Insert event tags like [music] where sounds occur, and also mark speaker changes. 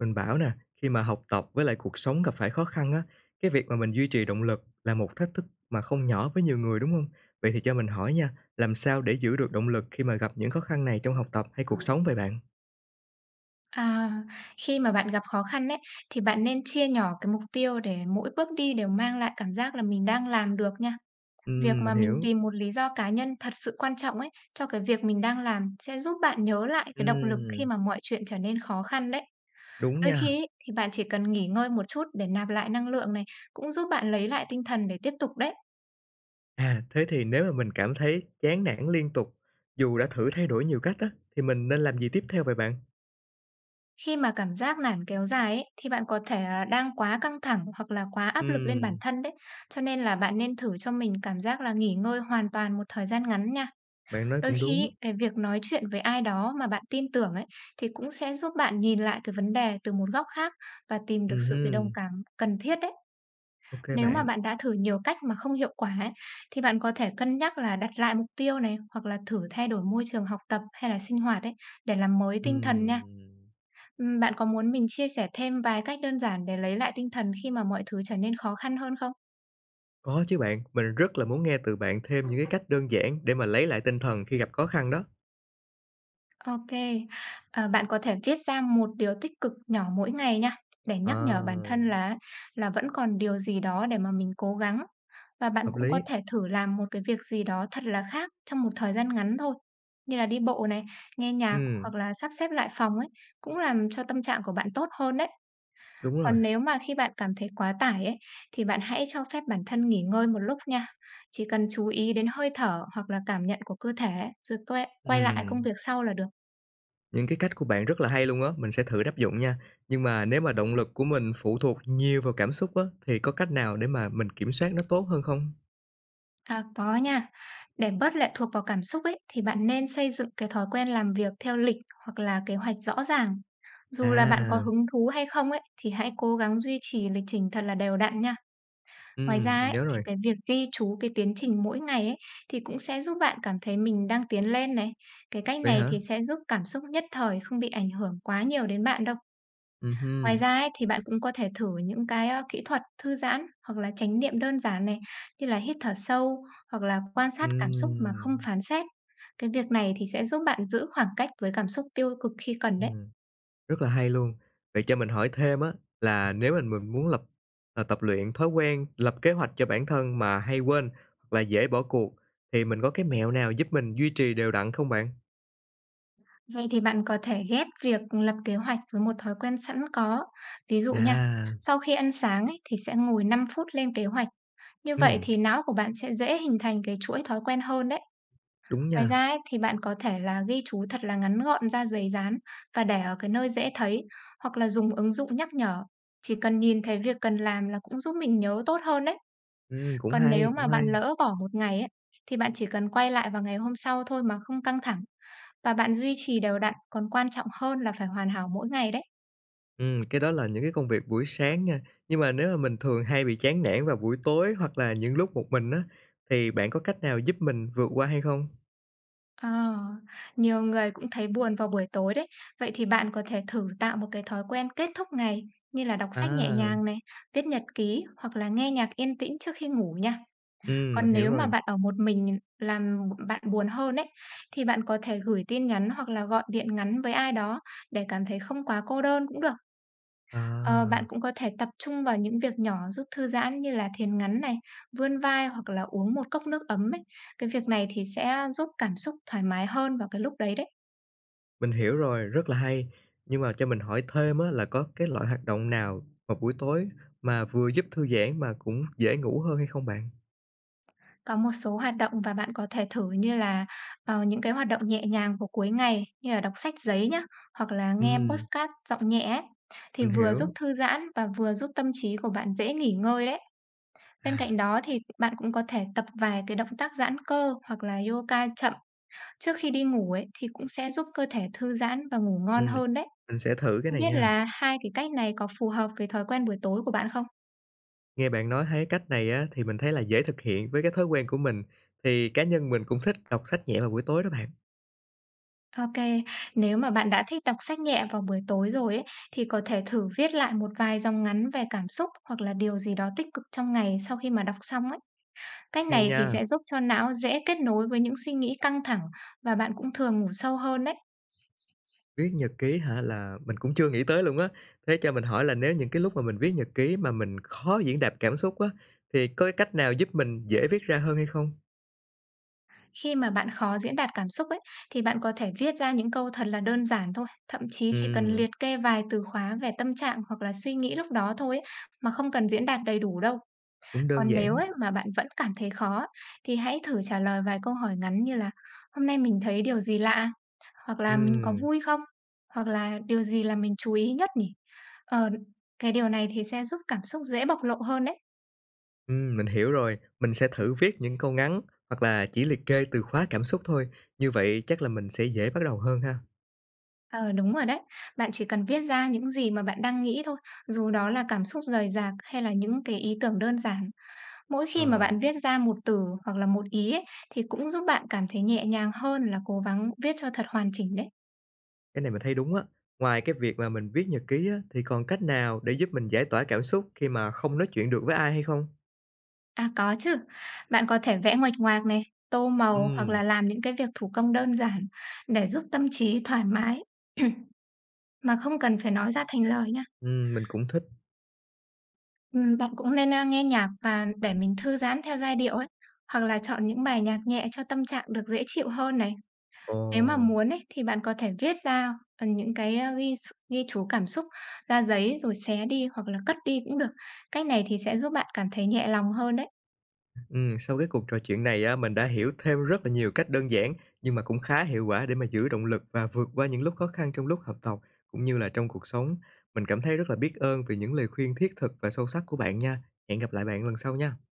Speaker 1: Mình bảo nè, khi mà học tập với lại cuộc sống gặp phải khó khăn á, cái việc mà mình duy trì động lực là một thách thức mà không nhỏ với nhiều người, đúng không? Vậy thì cho mình hỏi nha, làm sao để giữ được động lực khi mà gặp những khó khăn này trong học tập hay cuộc sống vậy bạn?
Speaker 2: À, khi mà bạn gặp khó khăn ấy, thì bạn nên chia nhỏ cái mục tiêu để mỗi bước đi đều mang lại cảm giác là mình đang làm được nha. Việc
Speaker 1: Mình
Speaker 2: mà mình
Speaker 1: hiểu.
Speaker 2: tìm một lý do cá nhân thật sự quan trọng ấy cho cái việc mình đang làm sẽ giúp bạn nhớ lại cái động lực khi
Speaker 1: Ừm,
Speaker 2: mà mọi chuyện trở nên khó khăn đấy.
Speaker 1: đúng
Speaker 2: Đôi
Speaker 1: nha.
Speaker 2: khi ấy, thì bạn chỉ cần nghỉ ngơi một chút để nạp lại năng lượng này cũng giúp bạn lấy lại tinh thần để tiếp tục đấy.
Speaker 1: À, thế thì nếu mà mình cảm thấy chán nản liên tục, dù đã thử thay đổi nhiều cách á, thì mình nên làm gì tiếp theo vậy bạn?
Speaker 2: Khi mà cảm giác nản kéo dài ấy, thì bạn có thể là đang quá căng thẳng hoặc là quá áp lực lên bản
Speaker 1: Ừm,
Speaker 2: thân đấy. Cho nên là bạn nên thử cho mình cảm giác là nghỉ ngơi hoàn toàn một thời gian ngắn nha.
Speaker 1: bạn nói
Speaker 2: Đôi
Speaker 1: cũng
Speaker 2: khi
Speaker 1: đúng.
Speaker 2: ấy, cái việc nói chuyện với ai đó mà bạn tin tưởng ấy thì cũng sẽ giúp bạn nhìn lại cái vấn đề từ một góc khác và tìm được sự cái đồng
Speaker 1: Hưm,
Speaker 2: cảm cần thiết đấy.
Speaker 1: ok
Speaker 2: Nếu mà
Speaker 1: bạn.
Speaker 2: bạn đã thử nhiều cách mà không hiệu quả ấy, thì bạn có thể cân nhắc là đặt lại mục tiêu này hoặc là thử thay đổi môi trường học tập hay là sinh hoạt ấy để làm mới tinh thần nha.
Speaker 1: Ừm.
Speaker 2: Bạn có muốn mình chia sẻ thêm vài cách đơn giản để lấy lại tinh thần khi mà mọi thứ trở nên khó khăn hơn không?
Speaker 1: Có chứ bạn, mình rất là muốn nghe từ bạn thêm những cái cách đơn giản để mà lấy lại tinh thần khi gặp khó khăn đó.
Speaker 2: Ok, kê. Bạn có thể viết ra một điều tích cực nhỏ mỗi ngày nha, để nhắc nhở bản
Speaker 1: À,
Speaker 2: thân là vẫn còn điều gì đó để mà mình cố gắng. Và bạn
Speaker 1: hợp
Speaker 2: cũng có
Speaker 1: lý.
Speaker 2: thể thử làm một cái việc gì đó thật là khác trong một thời gian ngắn thôi, như là đi bộ này, nghe nhạc
Speaker 1: Ừm,
Speaker 2: hoặc là sắp xếp lại phòng ấy, cũng làm cho tâm trạng của bạn tốt hơn đấy.
Speaker 1: đúng rồi.
Speaker 2: Còn nếu mà khi bạn cảm thấy quá tải ấy, thì bạn hãy cho phép bản thân nghỉ ngơi một lúc nha. Chỉ cần chú ý đến hơi thở hoặc là cảm nhận của cơ thể ấy, rồi tuệ quay lại công
Speaker 1: Ừm,
Speaker 2: việc sau là được.
Speaker 1: những cái cách của bạn rất là hay luôn á, mình sẽ thử áp dụng nha. Nhưng mà nếu mà động lực của mình phụ thuộc nhiều vào cảm xúc á, thì có cách nào để mà mình kiểm soát nó tốt hơn không?
Speaker 2: À, có nha. Để bớt lệ thuộc vào cảm xúc ấy, thì bạn nên xây dựng cái thói quen làm việc theo lịch hoặc là kế hoạch rõ ràng. Dù là bạn có
Speaker 1: À,
Speaker 2: hứng thú hay không ấy, thì hãy cố gắng duy trì lịch trình thật là đều đặn nha. Ngoài ra
Speaker 1: mình
Speaker 2: ấy,
Speaker 1: nhớ
Speaker 2: thì
Speaker 1: rồi.
Speaker 2: cái việc ghi chú cái tiến trình mỗi ngày ấy, thì cũng sẽ giúp bạn cảm thấy mình đang tiến lên này. Cái cách
Speaker 1: Vậy
Speaker 2: này
Speaker 1: hả?
Speaker 2: thì sẽ giúp cảm xúc nhất thời không bị ảnh hưởng quá nhiều đến bạn đâu. Ngoài
Speaker 1: Hưm,
Speaker 2: ra ấy, thì bạn cũng có thể thử những cái kỹ thuật thư giãn hoặc là chánh niệm đơn giản này, như là hít thở sâu hoặc là quan sát cảm xúc mà không
Speaker 1: ừm,
Speaker 2: phán xét. Cái việc này thì sẽ giúp bạn giữ khoảng cách với cảm xúc tiêu cực khi cần đấy.
Speaker 1: ừm. Rất là hay luôn. Vậy cho mình hỏi thêm á, là nếu mình muốn lập tập luyện thói quen, lập kế hoạch cho bản thân mà hay quên hoặc là dễ bỏ cuộc thì mình có cái mẹo nào giúp mình duy trì đều đặn không bạn?
Speaker 2: Vậy thì bạn có thể ghép việc lập kế hoạch với một thói quen sẵn có. Ví dụ nha,
Speaker 1: À,
Speaker 2: sau khi ăn sáng ấy, thì sẽ ngồi 5 phút lên kế hoạch. Như vậy
Speaker 1: ừm,
Speaker 2: thì não của bạn sẽ dễ hình thành cái chuỗi thói quen hơn đấy.
Speaker 1: đúng
Speaker 2: Ngoài ra
Speaker 1: nha.
Speaker 2: ấy, thì bạn có thể là ghi chú thật là ngắn gọn ra giấy dán và để ở cái nơi dễ thấy hoặc là dùng ứng dụng nhắc nhở. Chỉ cần nhìn thấy việc cần làm là cũng giúp mình nhớ tốt hơn đấy.
Speaker 1: Cũng
Speaker 2: Còn
Speaker 1: hay,
Speaker 2: nếu
Speaker 1: cũng
Speaker 2: mà bạn
Speaker 1: hay.
Speaker 2: lỡ bỏ một ngày ấy, thì bạn chỉ cần quay lại vào ngày hôm sau thôi mà không căng thẳng. Và bạn duy trì đều đặn còn quan trọng hơn là phải hoàn hảo mỗi ngày đấy.
Speaker 1: Ừ, cái đó là những cái công việc buổi sáng nha. Nhưng mà nếu mà mình thường hay bị chán nản vào buổi tối hoặc là những lúc một mình á, thì bạn có cách nào giúp mình vượt qua hay không?
Speaker 2: Ờ, Nhiều người cũng thấy buồn vào buổi tối đấy. Vậy thì bạn có thể thử tạo một cái thói quen kết thúc ngày như là đọc sách nhẹ
Speaker 1: À,
Speaker 2: nhàng này, viết nhật ký hoặc là nghe nhạc yên tĩnh trước khi ngủ nha.
Speaker 1: mình
Speaker 2: Còn
Speaker 1: hiểu
Speaker 2: nếu mà
Speaker 1: rồi.
Speaker 2: bạn ở một mình làm bạn buồn hơn ấy, thì bạn có thể gửi tin nhắn hoặc là gọi điện ngắn với ai đó để cảm thấy không quá cô đơn cũng được. Ờ, Bạn
Speaker 1: À.
Speaker 2: cũng có thể tập trung vào những việc nhỏ giúp thư giãn như là thiền ngắn này, vươn vai hoặc là uống một cốc nước ấm ấy. Cái việc này thì sẽ giúp cảm xúc thoải mái hơn vào cái lúc đấy đấy.
Speaker 1: Mình hiểu rồi, rất là hay. Nhưng mà cho mình hỏi thêm á là có cái loại hoạt động nào vào buổi tối mà vừa giúp thư giãn mà cũng dễ ngủ hơn hay không bạn?
Speaker 2: Có một số hoạt động và bạn có thể thử như là những cái hoạt động nhẹ nhàng vào cuối ngày như là đọc sách giấy nhá, hoặc là nghe
Speaker 1: Ừm,
Speaker 2: podcast giọng nhẹ ấy. Thì
Speaker 1: mình
Speaker 2: vừa giúp
Speaker 1: hiểu.
Speaker 2: thư giãn và vừa giúp tâm trí của bạn dễ nghỉ ngơi đấy.
Speaker 1: À,
Speaker 2: Bên cạnh đó thì bạn cũng có thể tập vài cái động tác giãn cơ hoặc là yoga chậm trước khi đi ngủ ấy, thì cũng sẽ giúp cơ thể thư giãn và ngủ ngon
Speaker 1: ừm,
Speaker 2: hơn đấy.
Speaker 1: mình sẽ thử cái
Speaker 2: Không
Speaker 1: này
Speaker 2: biết
Speaker 1: nha.
Speaker 2: là hai cái cách này có phù hợp với thói quen buổi tối của bạn không?
Speaker 1: Nghe bạn nói thấy cách này á thì mình thấy là dễ thực hiện với cái thói quen của mình. Thì cá nhân mình cũng thích đọc sách nhẹ vào buổi tối đó bạn.
Speaker 2: OK, nếu mà bạn đã thích đọc sách nhẹ vào buổi tối rồi ấy, thì có thể thử viết lại một vài dòng ngắn về cảm xúc hoặc là điều gì đó tích cực trong ngày sau khi mà đọc xong ấy. Cách
Speaker 1: Hay
Speaker 2: này thì
Speaker 1: nha.
Speaker 2: sẽ giúp cho não dễ kết nối với những suy nghĩ căng thẳng và bạn cũng thường ngủ sâu hơn đấy.
Speaker 1: Viết nhật ký hả là mình cũng chưa nghĩ tới luôn á. Thế cho mình hỏi là nếu những cái lúc mà mình viết nhật ký mà mình khó diễn đạt cảm xúc á thì có cái cách nào giúp mình dễ viết ra hơn hay không?
Speaker 2: Khi mà bạn khó diễn đạt cảm xúc ấy, thì bạn có thể viết ra những câu thật là đơn giản thôi, thậm chí chỉ cần
Speaker 1: Ừm,
Speaker 2: liệt kê vài từ khóa về tâm trạng hoặc là suy nghĩ lúc đó thôi ấy, mà không cần diễn đạt đầy đủ đâu.
Speaker 1: cũng đơn
Speaker 2: Còn nếu
Speaker 1: giản.
Speaker 2: ấy, mà bạn vẫn cảm thấy khó á, thì hãy thử trả lời vài câu hỏi ngắn như là hôm nay mình thấy điều gì lạ, hoặc là mình có
Speaker 1: Ừm,
Speaker 2: vui không, hoặc là điều gì là mình chú ý nhất nhỉ. Ờ, cái điều này thì sẽ giúp cảm xúc dễ bộc lộ hơn đấy.
Speaker 1: mình hiểu rồi. Mình sẽ thử viết những câu ngắn hoặc là chỉ liệt kê từ khóa cảm xúc thôi, như vậy chắc là mình sẽ dễ bắt đầu hơn ha.
Speaker 2: Ờ, đúng rồi đấy. Bạn chỉ cần viết ra những gì mà bạn đang nghĩ thôi, dù đó là cảm xúc rời rạc hay là những cái ý tưởng đơn giản. Mỗi
Speaker 1: Ờ,
Speaker 2: khi mà bạn viết ra một từ hoặc là một ý ấy, thì cũng giúp bạn cảm thấy nhẹ nhàng hơn là cố gắng viết cho thật hoàn chỉnh đấy.
Speaker 1: cái này mình thấy đúng á. Ngoài cái việc mà mình viết nhật ký á, thì còn cách nào để giúp mình giải tỏa cảm xúc khi mà không nói chuyện được với ai hay không?
Speaker 2: À, có chứ. Bạn có thể vẽ nguệch ngoạc này, tô màu hoặc
Speaker 1: Ừm,
Speaker 2: là làm những cái việc thủ công đơn giản để giúp tâm trí thoải mái [clears throat] mà không cần phải nói ra thành lời nhá.
Speaker 1: mình cũng thích.
Speaker 2: Bạn cũng nên, nghe nhạc và để mình thư giãn theo giai điệu ấy, hoặc là chọn những bài nhạc nhẹ cho tâm trạng được dễ chịu hơn này.
Speaker 1: Ồ.
Speaker 2: Nếu mà muốn ấy, thì bạn có thể viết ra, những cái, a, ghi x ghi chú cảm xúc ra giấy rồi xé đi hoặc là cất đi cũng được. Cách này thì sẽ giúp bạn cảm thấy nhẹ lòng hơn đấy.
Speaker 1: Sau cái cuộc trò chuyện này á, mình đã hiểu thêm rất là nhiều cách đơn giản nhưng mà cũng khá hiệu quả để mà giữ động lực và vượt qua những lúc khó khăn trong lúc học tập cũng như là trong cuộc sống. Mình cảm thấy rất là biết ơn vì những lời khuyên thiết thực và sâu sắc của bạn nha. Hẹn gặp lại bạn lần sau nha.